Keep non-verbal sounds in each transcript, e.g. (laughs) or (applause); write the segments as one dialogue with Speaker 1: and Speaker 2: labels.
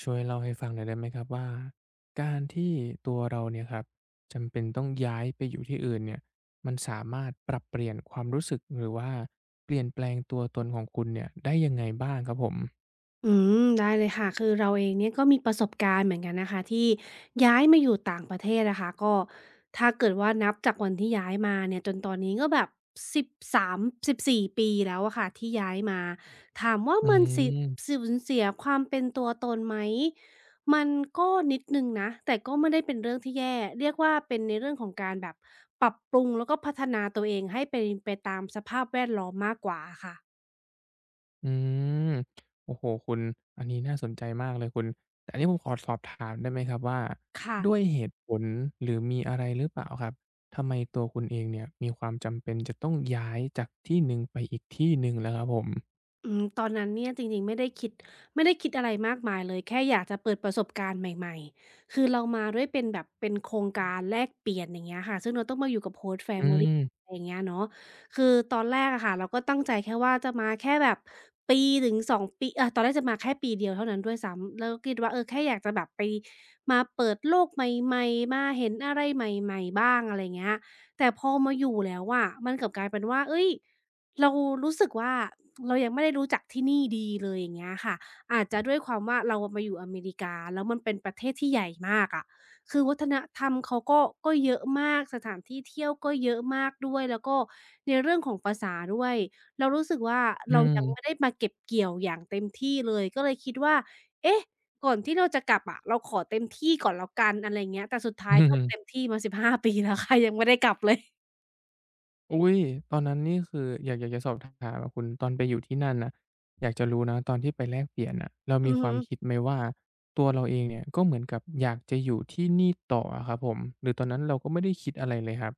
Speaker 1: ช่วยเล่าให้ฟังหน่อยได้ไหมครับว่าการที่ตัวเราเนี่ยครับจำเป็นต้องย้ายไปอยู่ที่อื่นเนี่ยมันสามารถปรับเปลี่ยนความรู้สึกหรือว่าเปลี่ยนแปลงตัวตนของคุณเนี่ยได้ยังไงบ้างครับผม
Speaker 2: อืได้เลยค่ะคือเราเองเนี่ยก็มีประสบการณ์เหมือนกันนะคะที่ย้ายมาอยู่ต่างประเทศนะคะก็ถ้าเกิดว่านับจากวันที่ย้ายมาเนี่ยจนตอนนี้ก็แบบ13-14ปีแล้วอะค่ะที่ย้ายมาถามว่า
Speaker 1: อื
Speaker 2: มัน
Speaker 1: ม
Speaker 2: สูญเสียความเป็นตัวตนไหมมันก็นิดหนึ่งนะแต่ก็ไม่ได้เป็นเรื่องที่แย่เรียกว่าเป็นในเรื่องของการแบบปรับปรุงแล้วก็พัฒนาตัวเองให้เป็นไปตามสภาพแวดล้อมมากกว่าค่ะ
Speaker 1: อืมโอ้โฮคุณอันนี้น่าสนใจมากเลยคุณแต่อันนี้ผมขอสอบถามได้ไหมครับว่า
Speaker 2: ค่ะ
Speaker 1: ด้วยเหตุผลหรือมีอะไรหรือเปล่าครับทำไมตัวคุณเองเนี่ยมีความจำเป็นจะต้องย้ายจากที่หนึ่งไปอีกที่หนึ่งล่ะครับผม
Speaker 2: อืมตอนนั้นเนี่ยจริงๆไม่ได้คิดอะไรมากมายเลยแค่อยากจะเปิดประสบการณ์ใหม่ๆคือเรามาด้วยเป็นแบบเป็นโครงการแลกเปลี่ยนอย่างเงี้ยค่ะซึ่งเราต้องมาอยู่กับ host
Speaker 1: อื
Speaker 2: family
Speaker 1: ม
Speaker 2: อะไรอย่างเงี้ยเนาะคือตอนแรกอะค่ะเราก็ตั้งใจแค่ว่าจะมาแค่แบบปีถึง2ปีตอนแรกจะมาแค่ปีเดียวเท่านั้นด้วยซ้ำแล้วก็คิดว่าเออแค่อยากจะแบบไปมาเปิดโลกใหม่ๆมาเห็นอะไรใหม่ๆบ้างอะไรเงี้ยแต่พอมาอยู่แล้วอะมันกลับกลายเป็นว่าเฮ้ย เรารู้สึกว่าเรายังไม่ได้รู้จักที่นี่ดีเลยอย่างเงี้ยค่ะอาจจะด้วยความว่าเราอะมาอยู่อเมริกาแล้วมันเป็นประเทศที่ใหญ่มากอะคือวัฒนธรรมเขาก็เยอะมากสถานที่เที่ยวก็เยอะมากด้วยแล้วก็ในเรื่องของภาษาด้วยเรารู้สึกว่า
Speaker 1: อื
Speaker 2: เรา
Speaker 1: ม
Speaker 2: ยังไม่
Speaker 1: (laughs)
Speaker 2: ได้มาเก็บเกี่ยวอย่างเต็มที่เลยก็เลยคิดว่าเอ๊ะก่อนที่เราจะกลับอะเราขอเต็มที่ก่อนแล้วกันอะไรอย่างเงี้ยแต่สุดท้า
Speaker 1: อื
Speaker 2: ยก็
Speaker 1: ม
Speaker 2: เต็มที่มา1าปีแล้วค่ะยังไม่ได้กลับเลย
Speaker 1: อุ๊ยตอนนั้นนี่คืออยากจะสอบถามอะคุณตอนไปอยู่ที่นั่นน่ะอยากจะรู้นะตอนที่ไปแลกเปลี่ยนน่ะเรามี
Speaker 2: อือ
Speaker 1: ควา
Speaker 2: ฮึ
Speaker 1: มคิดไหมว่าตัวเราเองเนี่ยก็เหมือนกับอยากจะอยู่ที่นี่ต่ออะครับผมหรือตอนนั้นเราก็ไม่ได้คิดอะไรเลยครับ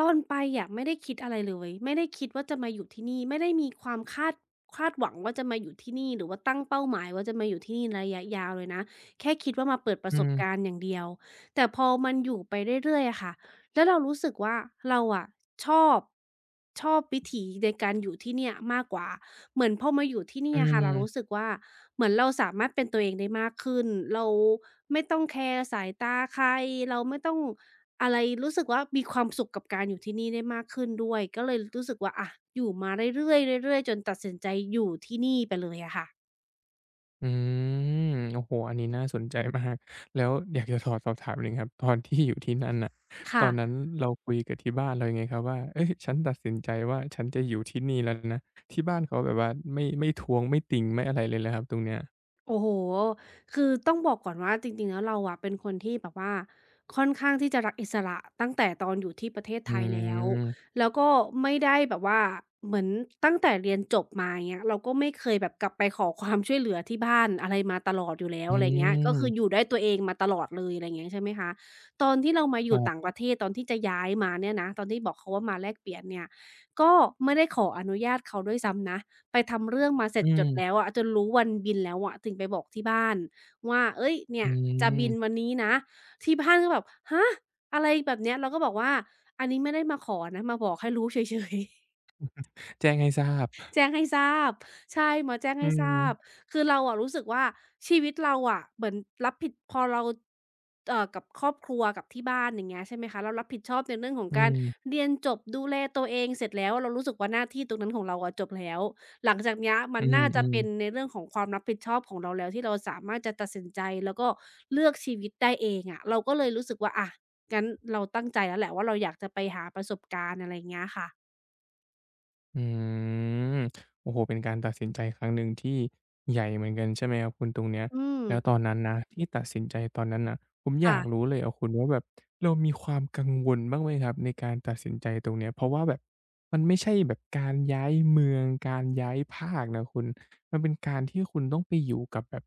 Speaker 2: ตอนไปอะไม่ได้คิดอะไรเลยไม่ได้คิดว่าจะมาอยู่ที่นี่ไม่ได้มีความคาดหวังว่าจะมาอยู่ที่นี่หรือว่าตั้งเป้าหมายว่าจะมาอยู่ที่นี่ในระยะยาวเลยนะแค่คิดว่ามาเปิดป
Speaker 1: อื
Speaker 2: ระสบการ
Speaker 1: ม
Speaker 2: ณ์อย่างเดียวแต่พอมันอยู่ไปเรื่อยๆอะค่ะ แล้วเรารู้สึกว่าเราอะชอบชอบวิถีในการอยู่ที่เนี่ยมากกว่าเหมือนพอมาอยู่ที่
Speaker 1: อื
Speaker 2: เนี่ยค่ะเรารู้สึ
Speaker 1: ม
Speaker 2: กว่าเหมือนเราสามารถเป็นตัวเองได้มากขึ้นเราไม่ต้องแคร์สายตาใครเราไม่ต้องอะไรรู้สึกว่ามีความสุขกับการอยู่ที่นี่ได้มากขึ้นด้วยก็เลยรู้สึกว่าอะอยู่มาเรื่อยๆเรื่อยๆจนตัดสินใจอยู่ที่นี่ไปเลยอะค่ะ
Speaker 1: อืมโอ้โฮอันนี้น่าสนใจมาก แล้วอยากจะขอสอบถามหนึ่งครับ ตอนที่อยู่ที่นั่นน่ะตอ
Speaker 2: ค่ะ
Speaker 1: นนั้นเราคุยกับที่บ้านเรายังไงครับว่าเฮ้ยฉันตัดสินใจว่าฉันจะอยู่ที่นี่แล้วนะที่บ้านเขาแบบว่าไม่ท้วงไม่ติ่งไม่อะไรเลยเหรอครับตรงเนี้ย
Speaker 2: โอ้โฮคือต้องบอกก่อนว่าจริงๆแล้วเราอะเป็นคนที่แบบว่าค่อนข้างที่จะรักอิสระตั้งแต่ตอนอยู่ที่ประเทศ
Speaker 1: อื
Speaker 2: ไทยแล้ว
Speaker 1: ม
Speaker 2: แล้วก็ไม่ได้แบบว่าเหมือนตั้งแต่เรียนจบมาอย่างเงี้ยเราก็ไม่เคยแบบกลับไปขอความช่วยเหลือที่บ้านอะไรมาตลอดอยู่แล้ว
Speaker 1: อื
Speaker 2: อะไรเงี้ยก็คืออยู่
Speaker 1: ม
Speaker 2: ด้วยตัวเองมาตลอดเลยอะไรอย่างเงี้ยใช่ไหมคะตอนที่เรามาอ
Speaker 1: ค
Speaker 2: ยู่
Speaker 1: รั
Speaker 2: ต่างป
Speaker 1: บ
Speaker 2: ระเทศตอนที่จะย้ายมาเนี่ยนะตอนที่บอกเขาว่ามาแลกเปลี่ยนเนี่ยก็ไม่ได้ขออนุญาตเขาด้วยซ้ำนะ ไปทำเรื่องมาเสร็
Speaker 1: อื
Speaker 2: จจ
Speaker 1: ม
Speaker 2: ดแล้วอะจนรู้วันบินแล้วอะถึงไปบอกที่บ้านว่าเฮ้ยเนี่
Speaker 1: อื
Speaker 2: ย
Speaker 1: ม
Speaker 2: จะบินวันนี้นะที่บ้านก็แบบฮะอะไรแบบเนี้ยเราก็บอกว่าอันนี้ไม่ได้มาขอนะมาบอกให้รู้เฉยๆ
Speaker 1: แจ้งให้ทราบ
Speaker 2: แจ้งให้ทราบใช่มาแจ้ง
Speaker 1: อื
Speaker 2: ให้ทราบ
Speaker 1: ม
Speaker 2: คือเราอะรู้สึกว่าชีวิตเราอะเหมือนรับผิดพอเรากับครอบครัวกับที่บ้านอย่างเงี้ยใช่ไหมคะเรารับผิดชอบในเรื่องของ
Speaker 1: อื
Speaker 2: การ
Speaker 1: ม
Speaker 2: เรียนจบดูแลตัวเองเสร็จแล้วเรารู้สึกว่าหน้าที่ตรงนั้นของเราอะจบแล้วหลังจากเนี้ยมั
Speaker 1: อื
Speaker 2: นน่าจะ
Speaker 1: ม
Speaker 2: เป็น
Speaker 1: ๆ
Speaker 2: ในเรื่องของความรับผิดชอบของเราแล้วที่เราสามารถจะตัดสินใจแล้วก็เลือกชีวิตได้เองอะเราก็เลยรู้สึกว่าอะงั้นเราตั้งใจแล้วแหละว่าเราอยากจะไปหาประสบการณ์อะไรอย่างเงี้ยค่ะ
Speaker 1: อืมโอ้โฮเป็นการตัดสินใจครั้งหนึ่งที่ใหญ่เหมือนกันใช่ไหมครับคุณตรงเนี้ย
Speaker 2: อืม
Speaker 1: แล้วตอนนั้นนะที่ตัดสินใจตอนนั้นน่ะผมอยา
Speaker 2: ค่ะ
Speaker 1: กรู้เลยอะคุณว่าแบบเรามีความกังวลบ้างไหมครับในการตัดสินใจตรงเนี้ยเพราะว่าแบบมันไม่ใช่แบบการย้ายเมืองการย้ายภาคนะคุณมันเป็นการที่คุณต้องไปอยู่กับแบบ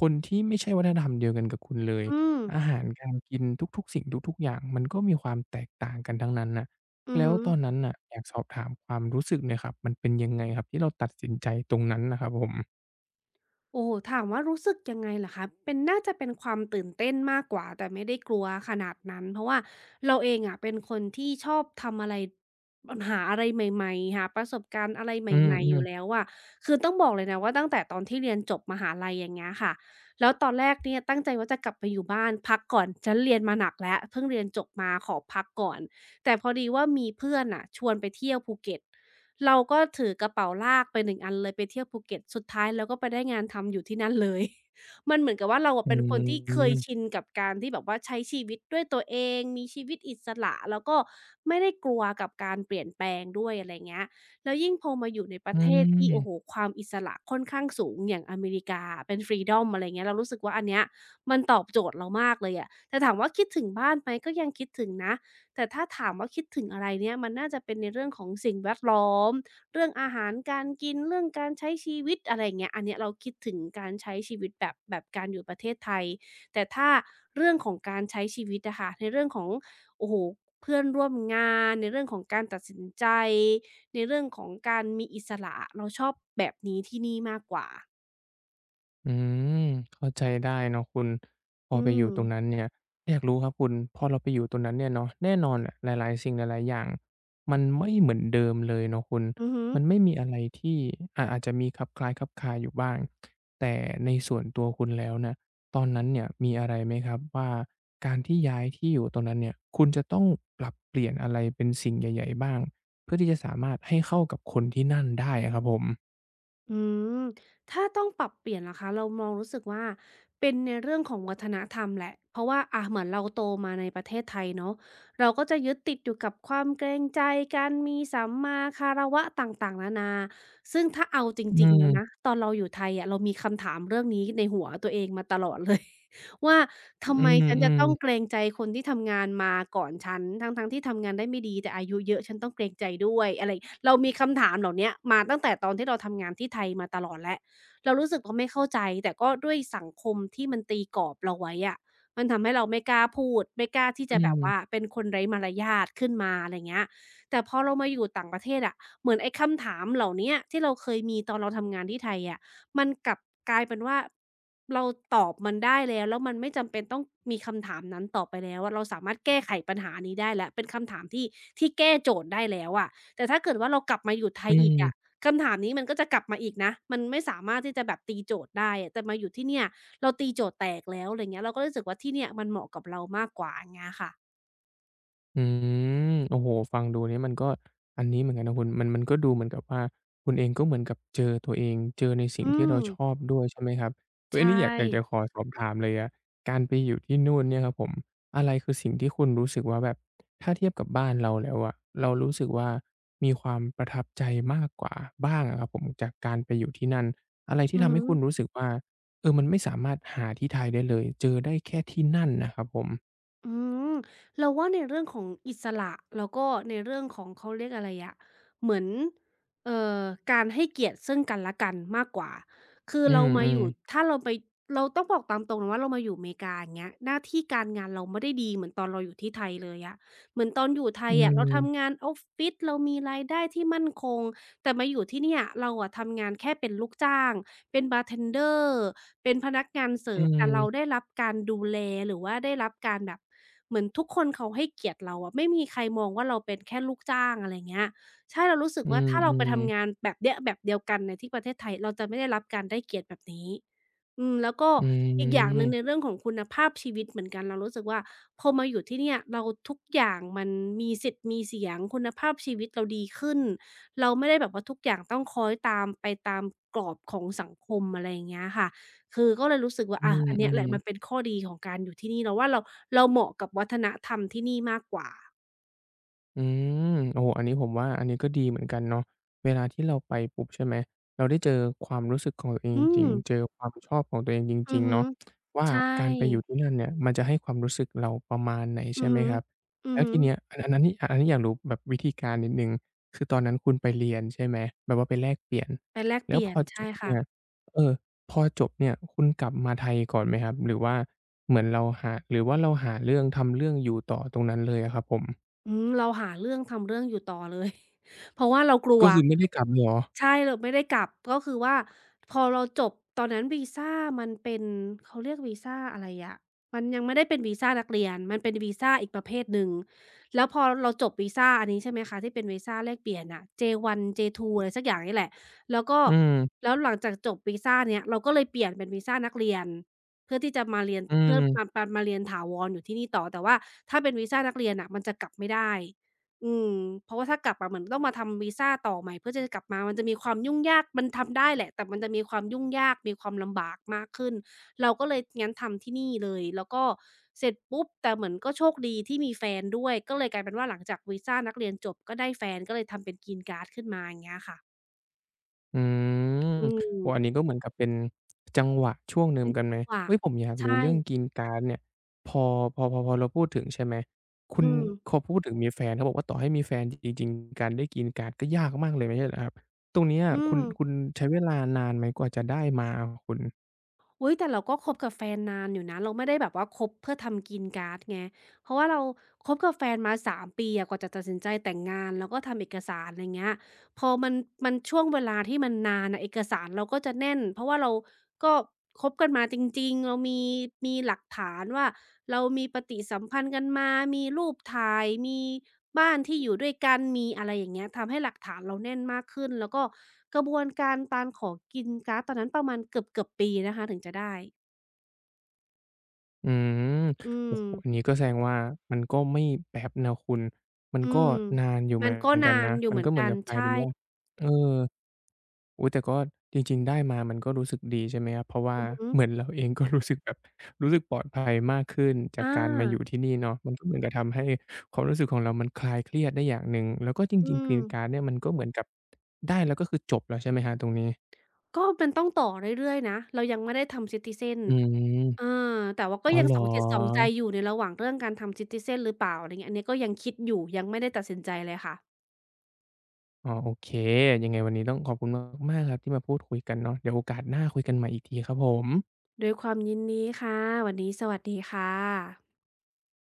Speaker 1: คนที่ไม่ใช่วัฒนธรรมเดียวกันกับคุณเลย
Speaker 2: อืม
Speaker 1: อาหารการกินทุกๆสิ่งทุกๆอย่างมันก็มีความแตกต่างกันทั้งนั้นน่ะ
Speaker 2: อือ
Speaker 1: แล้ว
Speaker 2: ฮึ
Speaker 1: ตอนนั้นน่ะอยากสอบถามความรู้สึกหน่อยครับมันเป็นยังไงครับที่เราตัดสินใจตรงนั้นน่ะครับผม
Speaker 2: โอ้โฮถามว่ารู้สึกยังไงเหรอคะเป็นน่าจะเป็นความตื่นเต้นมากกว่าแต่ไม่ได้กลัวขนาดนั้น เพราะว่าเราเองอะเป็นคนที่ชอบทำอะไรัหาอะไรใหม่ๆหาประสบการณ์อะไรใ
Speaker 1: อืม
Speaker 2: หม่ๆอยู่แล้
Speaker 1: ๆ
Speaker 2: วอะคือต้องบอกเลยนะว่าตั้งแต่ตอนที่เรียนจบมหาลัยอย่างเงี้ยค่ะแล้วตอนแรกเนี่ยตั้งใจว่าจะกลับไปอยู่บ้านพักก่อนฉันเรียนมาหนักแล้วเพิ่งเรียนจบมาขอพักก่อน แต่พอดีว่ามีเพื่อนน่ะชวนไปเที่ยวภูเก็ต เราก็ถือกระเป๋าลากไป1อันเลยไปเที่ยวภูเก็ตสุดท้ายเราก็ไปได้งานทำอยู่ที่นั่นเลย (laughs) มันเหมือนกับว่าเราอะ
Speaker 1: อื
Speaker 2: เป็นคนที่เคยชิ
Speaker 1: ม
Speaker 2: นกับการที่แบบว่าใช้ชีวิตด้วยตัวเองมีชีวิตอิสระแล้วก็ไม่ได้กลัวกับการเปลี่ยนแปลงด้วยอะไรเงี้ยแล้วยิ่งพอมาอยู่ในป
Speaker 1: อื
Speaker 2: ระเทศที่โอ้โฮ
Speaker 1: ม
Speaker 2: ความอิสระค่อนข้างสูงอย่างอเมริกาอะเป็น freedom อะไรเงี้ยเรารู้สึกว่าอันเนี้ยมันตอบโจทย์เรามากเลยอะแต่ถามว่าคิดถึงบ้านไหมก็ยังคิดถึงนะ แต่ถ้าถามว่าคิดถึงอะไรเนี่ยมันน่าจะเป็นในเรื่องของสิ่งแวดล้อมเรื่องอาหารการกินเรื่องการใช้ชีวิตอะไรอย่างเงี้ยอันเนี้ยเราคิดถึงการใช้ชีวิตแบบการอยู่ประเทศไทยแต่ถ้าเรื่องของการใช้ชีวิตอะค่ะในเรื่องของโอ้โฮเพื่อนร่วมงานในเรื่องของการตัดสินใจในเรื่องของการมีอิสระเราชอบแบบนี้ที่นี่มากกว่า
Speaker 1: อืมเข้าใจได้เนาะคุณพอ
Speaker 2: อื
Speaker 1: ไปอ
Speaker 2: ม
Speaker 1: ยู่ตรงนั้นเนี่ยอยากรู้ครับคุณพอเราไปอยู่ตรงนั้นเนี่ยเนาะแน่นอนอะหลายๆสิ่งหลายๆอย่างมันไม่เหมือนเดิมเลยเนาะคุณ
Speaker 2: อือฮึ
Speaker 1: มันไม่มีอะไรที่อะอาจจะมีคลับคล้ายคลับคลาอยู่บ้างแต่ในส่วนตัวคุณแล้วเนี่ยตอนนั้นเนี่ยมีอะไรไหมครับว่าการที่ย้ายที่อยู่ตรงนั้นเนี่ยคุณจะต้องปรับเปลี่ยนอะไรเป็นสิ่งใหญ่ๆบ้างเพื่อที่จะสามารถให้เข้ากับคนที่นั่นได้อะครับผม
Speaker 2: อืมถ้าต้องปรับเปลี่ยนล่ะคะเรามองรู้สึกว่าเป็นในเรื่องของวัฒนธรรมแหละเพราะว่าอ่ะเหมือนเราโตมาในประเทศไทยเนาะเราก็จะยึดติดอยู่กับความเกรงใจกันมีสัมมาคารวะต่างๆนานาซึ่งถ้าเอาจ
Speaker 1: อื
Speaker 2: ริงๆแล้วนะ
Speaker 1: ม
Speaker 2: ตอนเราอยู่ไทยอะเรามีคำถามเรื่องนี้ในหัวตัวเองมาตลอดเลย ว่าทำ
Speaker 1: อื
Speaker 2: ไมฉันจะ
Speaker 1: ม
Speaker 2: ต้องเก
Speaker 1: ๆ
Speaker 2: รงใจคนที่ทำงานมาก่อนฉันทั้งๆที่ทำงานได้ไม่ดีแต่อายุเยอะฉันต้องเกรงใจด้วยอะไรเรามีคำถามเหล่าเนี้ยมาตั้งแต่ตอนที่เราทำงานที่ไทยมาตลอดแล้วเรารู้สึกว่าไม่เข้าใจแต่ก็ด้วยสังคมที่มันตีกรอบเราไว้อะมันทำให้เราไม่กล้าพูดไม่กล้าที่
Speaker 1: อื
Speaker 2: จะแบบ
Speaker 1: ม
Speaker 2: ว่าเป็นคนไร้มารยาทขึ้นมาอะไรเงี้ยแต่พอเรามาอยู่ต่างประเทศอะเหมือนไอ้คำถามเหล่าเนี้ยที่เราเคยมีตอนเราทำงานที่ไทยอะ มันกลับกลายเป็นว่าเราตอบมันได้แล้วแล้วมันไม่จำเป็นต้องมีคำถามนั้นต่อไปแล้วอะเราสามารถแก้ไขปัญหานี้ได้แล้วเป็นคำถามที่แก้โจทย์ได้แล้วอะแต่ถ้าเกิดว่าเรากลับมาอยู่ไท
Speaker 1: อื
Speaker 2: ยอีกอะ
Speaker 1: ม
Speaker 2: คำถามนี้มันก็จะกลับมาอีกนะมันไม่สามารถที่จะแบบตีโจทย์ได้อะแต่มาอยู่ที่เนี่ยเราตีโจทย์แตกแล้วอะไรเงี้ยเราก็รู้สึกว่าที่เนี่ยมันเหมาะกับเรามากกว่าอย่างเงี้ยค่ะ
Speaker 1: อืโอ้โฮฟังดูเนี่ยมันก็ อันนี้เหมือนกันนะคุณมันก็ดูเหมือนกับว่าคุณเองก็เหมือนกับเจอตัวเอง เจอในสิ่ง
Speaker 2: อื
Speaker 1: ที่เรา
Speaker 2: ม
Speaker 1: ชอบด้วยใช่ไหมครับอุ๊ยอั
Speaker 2: ใช่
Speaker 1: นนี้อยากจะขอสอบถามเลยอะการไปอยู่ที่นู่นเนี่ยครับผม อะไรคือสิ่งที่คุณรู้สึกว่าแบบ ถ้าเทียบกับบ้านเราแล้วอะเรารู้สึกว่ามีความประทับใจมากกว่าบ้างอะครับผมจากการไปอยู่ที่นั่นอะไรที่
Speaker 2: อือ
Speaker 1: ทำ
Speaker 2: ฮึ
Speaker 1: ให้คุณรู้สึกว่าเออมันไม่สามารถหาที่ไทยได้เลยเจอได้แค่ที่นั่นน่ะครับผม
Speaker 2: อืมเราว่าในเรื่องของอิสระแล้วก็ในเรื่องของเขาเรียกอะไรอะเหมือนเอ่อการให้เกียรติซึ่งกันและกันมากกว่าคือ
Speaker 1: อื
Speaker 2: เรามาอ
Speaker 1: ม
Speaker 2: ยู่
Speaker 1: ๆ
Speaker 2: ถ้าเราไปเราต้องบอกตามตรงนะว่าเรามาอยู่อเมริกาอย่างเงี้ยหน้าที่การงานเราไม่ได้ดีเหมือนตอนเราอยู่ที่ไทยเลยอะเหมือนตอนอยู่ไท
Speaker 1: อื
Speaker 2: ยอะเราทำ
Speaker 1: ม
Speaker 2: งานออฟฟิศเรามีรายได้ที่มั่นคงแต่มาอยู่ที่เนี่ยเราอะทำงานแค่เป็นลูกจ้าง เป็นบาร์เทนเดอร์เป็นพนักงานเสิ
Speaker 1: อื
Speaker 2: ร์ฟแต่เราได้
Speaker 1: ม
Speaker 2: รับการดูแลหรือว่าได้รับการแบบเหมือนทุกคนเขาให้เกียรติเราอะไม่มีใครมองว่าเราเป็นแค่ลูกจ้างอะไรเงี้ยใช่เรารู้สึก
Speaker 1: อื
Speaker 2: ว่าถ้าเราไปทำ
Speaker 1: ม
Speaker 2: งานแบบเนี้ยแบบเดียวกันในที่ประเทศไทยเราจะไม่ได้รับการได้เกียรติแบบนี้อืมแล้วก็
Speaker 1: อืมอื
Speaker 2: อีกอย่าง
Speaker 1: ม
Speaker 2: หนึ่งในเรื่องของคุณภาพชีวิตเหมือนกันเรารู้สึกว่าพอมาอยู่ที่เนี่ยเราทุกอย่างมันมีสิทธิ์มีเสียงคุณภาพชีวิตเราดีขึ้น เราไม่ได้แบบว่าทุกอย่างต้องคล้อยตามไปตามกรอบของสังคมอะไรอย่างเงี้ยค่ะ คือก็เลยรู้สึกว่า
Speaker 1: อื
Speaker 2: อา
Speaker 1: ม
Speaker 2: อัน
Speaker 1: อื
Speaker 2: เนี้ยแห
Speaker 1: ม
Speaker 2: ละมันเป็นข้อดีของการอยู่ที่นี่เราว่าเราเหมาะกับวัฒนธรรมที่นี่มากกว่า
Speaker 1: อืมโอ้โฮอันนี้ผมว่าอันนี้ก็ดีเหมือนกันเนาะเวลาที่เราไปปุ๊บใช่ไหมเราได้เจอความรู้สึกของตัวเอง
Speaker 2: อื
Speaker 1: จริง
Speaker 2: ม
Speaker 1: ๆเจอความชอบของตัวเองจ
Speaker 2: อื
Speaker 1: ริ
Speaker 2: อ
Speaker 1: งๆ
Speaker 2: ฮึ
Speaker 1: เนาะว่า
Speaker 2: ใช่
Speaker 1: การไปอยู่ที่นั่นเนี่ยมันจะให้ความรู้สึกเราประมาณไหน
Speaker 2: อื
Speaker 1: ใช่
Speaker 2: อ
Speaker 1: ไหม
Speaker 2: ฮึ
Speaker 1: ครับ
Speaker 2: อือ
Speaker 1: แล้ว
Speaker 2: ฮึ
Speaker 1: ทีเนี้ยอันอันนั้นนี่อันนี้อยากรู้แบบวิธีการนิดหนึ่งคือตอนนั้นคุณไปเรียนใช่ไหมแบบว่าไปแลกเปลี่ยน
Speaker 2: ไปแลกเป
Speaker 1: แล้ว
Speaker 2: ลี่
Speaker 1: พ
Speaker 2: ยน
Speaker 1: อจ
Speaker 2: ใช่
Speaker 1: บ
Speaker 2: ค่ะ
Speaker 1: เนี่ยเออพอจบเนี่ยคุณกลับมาไทยก่อนไหมครับหรือว่าเหมือนเราหาหรือว่าเราหาเรื่องทำเรื่องอยู่ต่อตรงนั้นเลยอะครับผม
Speaker 2: อืมเราหาเรื่องทำเรื่องอยู่ต่อเลย (laughs) เพราะว่าเรากลัว
Speaker 1: ก็คือไม่ได้กลับเลยเหรอ
Speaker 2: ใช่เราไม่ได้กลับก็คือว่าพอเราจบตอนนั้นวีซามันเป็นเขาเรียกวีซาอะไรอะมันยังไม่ได้เป็นวีซานักเรียนมันเป็นวีซาอีกประเภทหนึ่งแล้วพอเราจบวีซาอันนี้ใช่ไหมคะที่เป็นวีซาแลกเปลี่ยนอะเจวัน่ะ J1 J2 อะไรสักอย่างนี่แหละแล้วก็
Speaker 1: อืม
Speaker 2: แล้วหลังจากจบวีซาเนี้ยเราก็เลยเปลี่ยนเป็นวีซานักเรียน เพื่อที่จะมาเรียน
Speaker 1: อื
Speaker 2: เพื่อ
Speaker 1: ม
Speaker 2: มาเรียนถาวรอยู่ที่นี่ต่อแต่ว่าถ้าเป็นวีซานักเรียนน่ะมันจะกลับไม่ได้อืมเพราะว่าถ้ากลับอะเหมือนต้องมาทำวีซาต่อใหม่เพื่อที่จะกลับมามันจะมีความยุ่งยากมันทำได้แหละแต่มันจะมีความยุ่งยากมีความลำบากมากขึ้นเราก็เลยงั้นทำที่นี่เลยแล้วก็เสร็จปุ๊บแต่เหมือนก็โชคดีที่มีแฟนด้วยก็เลยกลายเป็นว่าหลังจากวีซานักเรียนจบก็ได้แฟนก็เลยทำเป็น Green Card ขึ้นมาอย่างเงี้ยค่ะ
Speaker 1: อืม
Speaker 2: อื
Speaker 1: โอ้
Speaker 2: ม
Speaker 1: อันนี้ก็เหมือนกับเป็นจังหวะช่วงหนึ่ง
Speaker 2: เป็
Speaker 1: เห
Speaker 2: น
Speaker 1: มือนกัน
Speaker 2: จั
Speaker 1: ไหม
Speaker 2: งหวะ
Speaker 1: เฮ้ยผมอยากรู้
Speaker 2: ใช่
Speaker 1: เรื่องกินการ์ดเนี่ยพอพอเราพูดถึงใช่ไหม คุ
Speaker 2: อื
Speaker 1: ณ
Speaker 2: ม
Speaker 1: พอพูดถึงมีแฟนเขาบอกว่าต่อให้มีแฟนจริงๆการได้กินการ์ดก็ยากมากเลยไม่ใช่เหรอครับตรงเนี้ย
Speaker 2: อืม
Speaker 1: คุณใช้เวลานานไหมกว่าจะได้มาอะคุณ
Speaker 2: อุ๊ยแต่เราก็คบกับแฟนนานอยู่นะเราไม่ได้แบบว่าคบเพื่อทำกรีนการ์ดไงเพราะว่าเราคบกับแฟนมา3ปีอะกว่าจะตัดสินใจแต่งงานแล้วก็ทำเอกสารไรเงี้ยพอมันช่วงเวลาที่มันนานน่ะเอกสารเราก็จะแน่นเพราะว่าเราก็คบกันมาจริงๆเรามีหลักฐานว่า เรามีปฏิสัมพันธ์กันมามีรูปถ่ายมีบ้านที่อยู่ด้วยกันมีอะไรอย่างเงี้ยทำให้หลักฐานเราแน่นมากขึ้นแล้วก็กระบวนการการขอกินการ์ดตอนนั้นประมาณเกือบๆปีนะคะถึงจะได้
Speaker 1: อืม
Speaker 2: อื
Speaker 1: โอ้
Speaker 2: ม
Speaker 1: โฮอันนี้ก็แสดงว่ามันก็ไม่แป๊บนะคุณมัน
Speaker 2: อื
Speaker 1: ก็
Speaker 2: ม
Speaker 1: นานอยู่เหมือนกันนะมันก็เหมือนกับกลายเป็นว่าเออ อุ๊ยแต่ก็จริงๆได้มามันก็รู้สึกดีใช่ไหมครับเพราะว่า
Speaker 2: อือฮึ
Speaker 1: เหมือน (laughs) เราเองก็รู้สึกแบบรู้สึกปลอดภัยมากขึ้นจา
Speaker 2: อา
Speaker 1: กการมาอยู่ที่นี่เนาะมันก็เหมือนกับทำให้ความรู้สึกของเรามันคลายเครียดได้อย่างหนึ่งแล้วก็จริ
Speaker 2: อื
Speaker 1: งๆ
Speaker 2: ม
Speaker 1: Green Card เนี่ยมันก็เหมือนกับได้แล้วก็คือจบแล้วใช่ไหมครับตรงนี้
Speaker 2: ก็มันต้องต่อเรื่อยๆนะเรายังไม่ได้ทำ Citizen
Speaker 1: อืม
Speaker 2: เออแต่ว่าก็
Speaker 1: อ๋อ
Speaker 2: ยัง
Speaker 1: เหร
Speaker 2: ส
Speaker 1: อ
Speaker 2: องจิตสองใจอยู่ในระหว่างเรื่องการทำ Citizen หรือเปล่าอะไรเงี้ยอันนี้ก็ยังคิดอยู่ยังไม่ได้ตัดสินใจเลยค่ะ
Speaker 1: อ๋อโอเคยังไงวันนี้ต้องขอบคุณมากๆครับที่มาพูดคุยกันเนาะเดี๋ยวโอกาสหน้าคุยกันใหม่อีกทีครับผม
Speaker 2: ด้วยความยินดีค่ะวันนี้สวัสดีค่ะ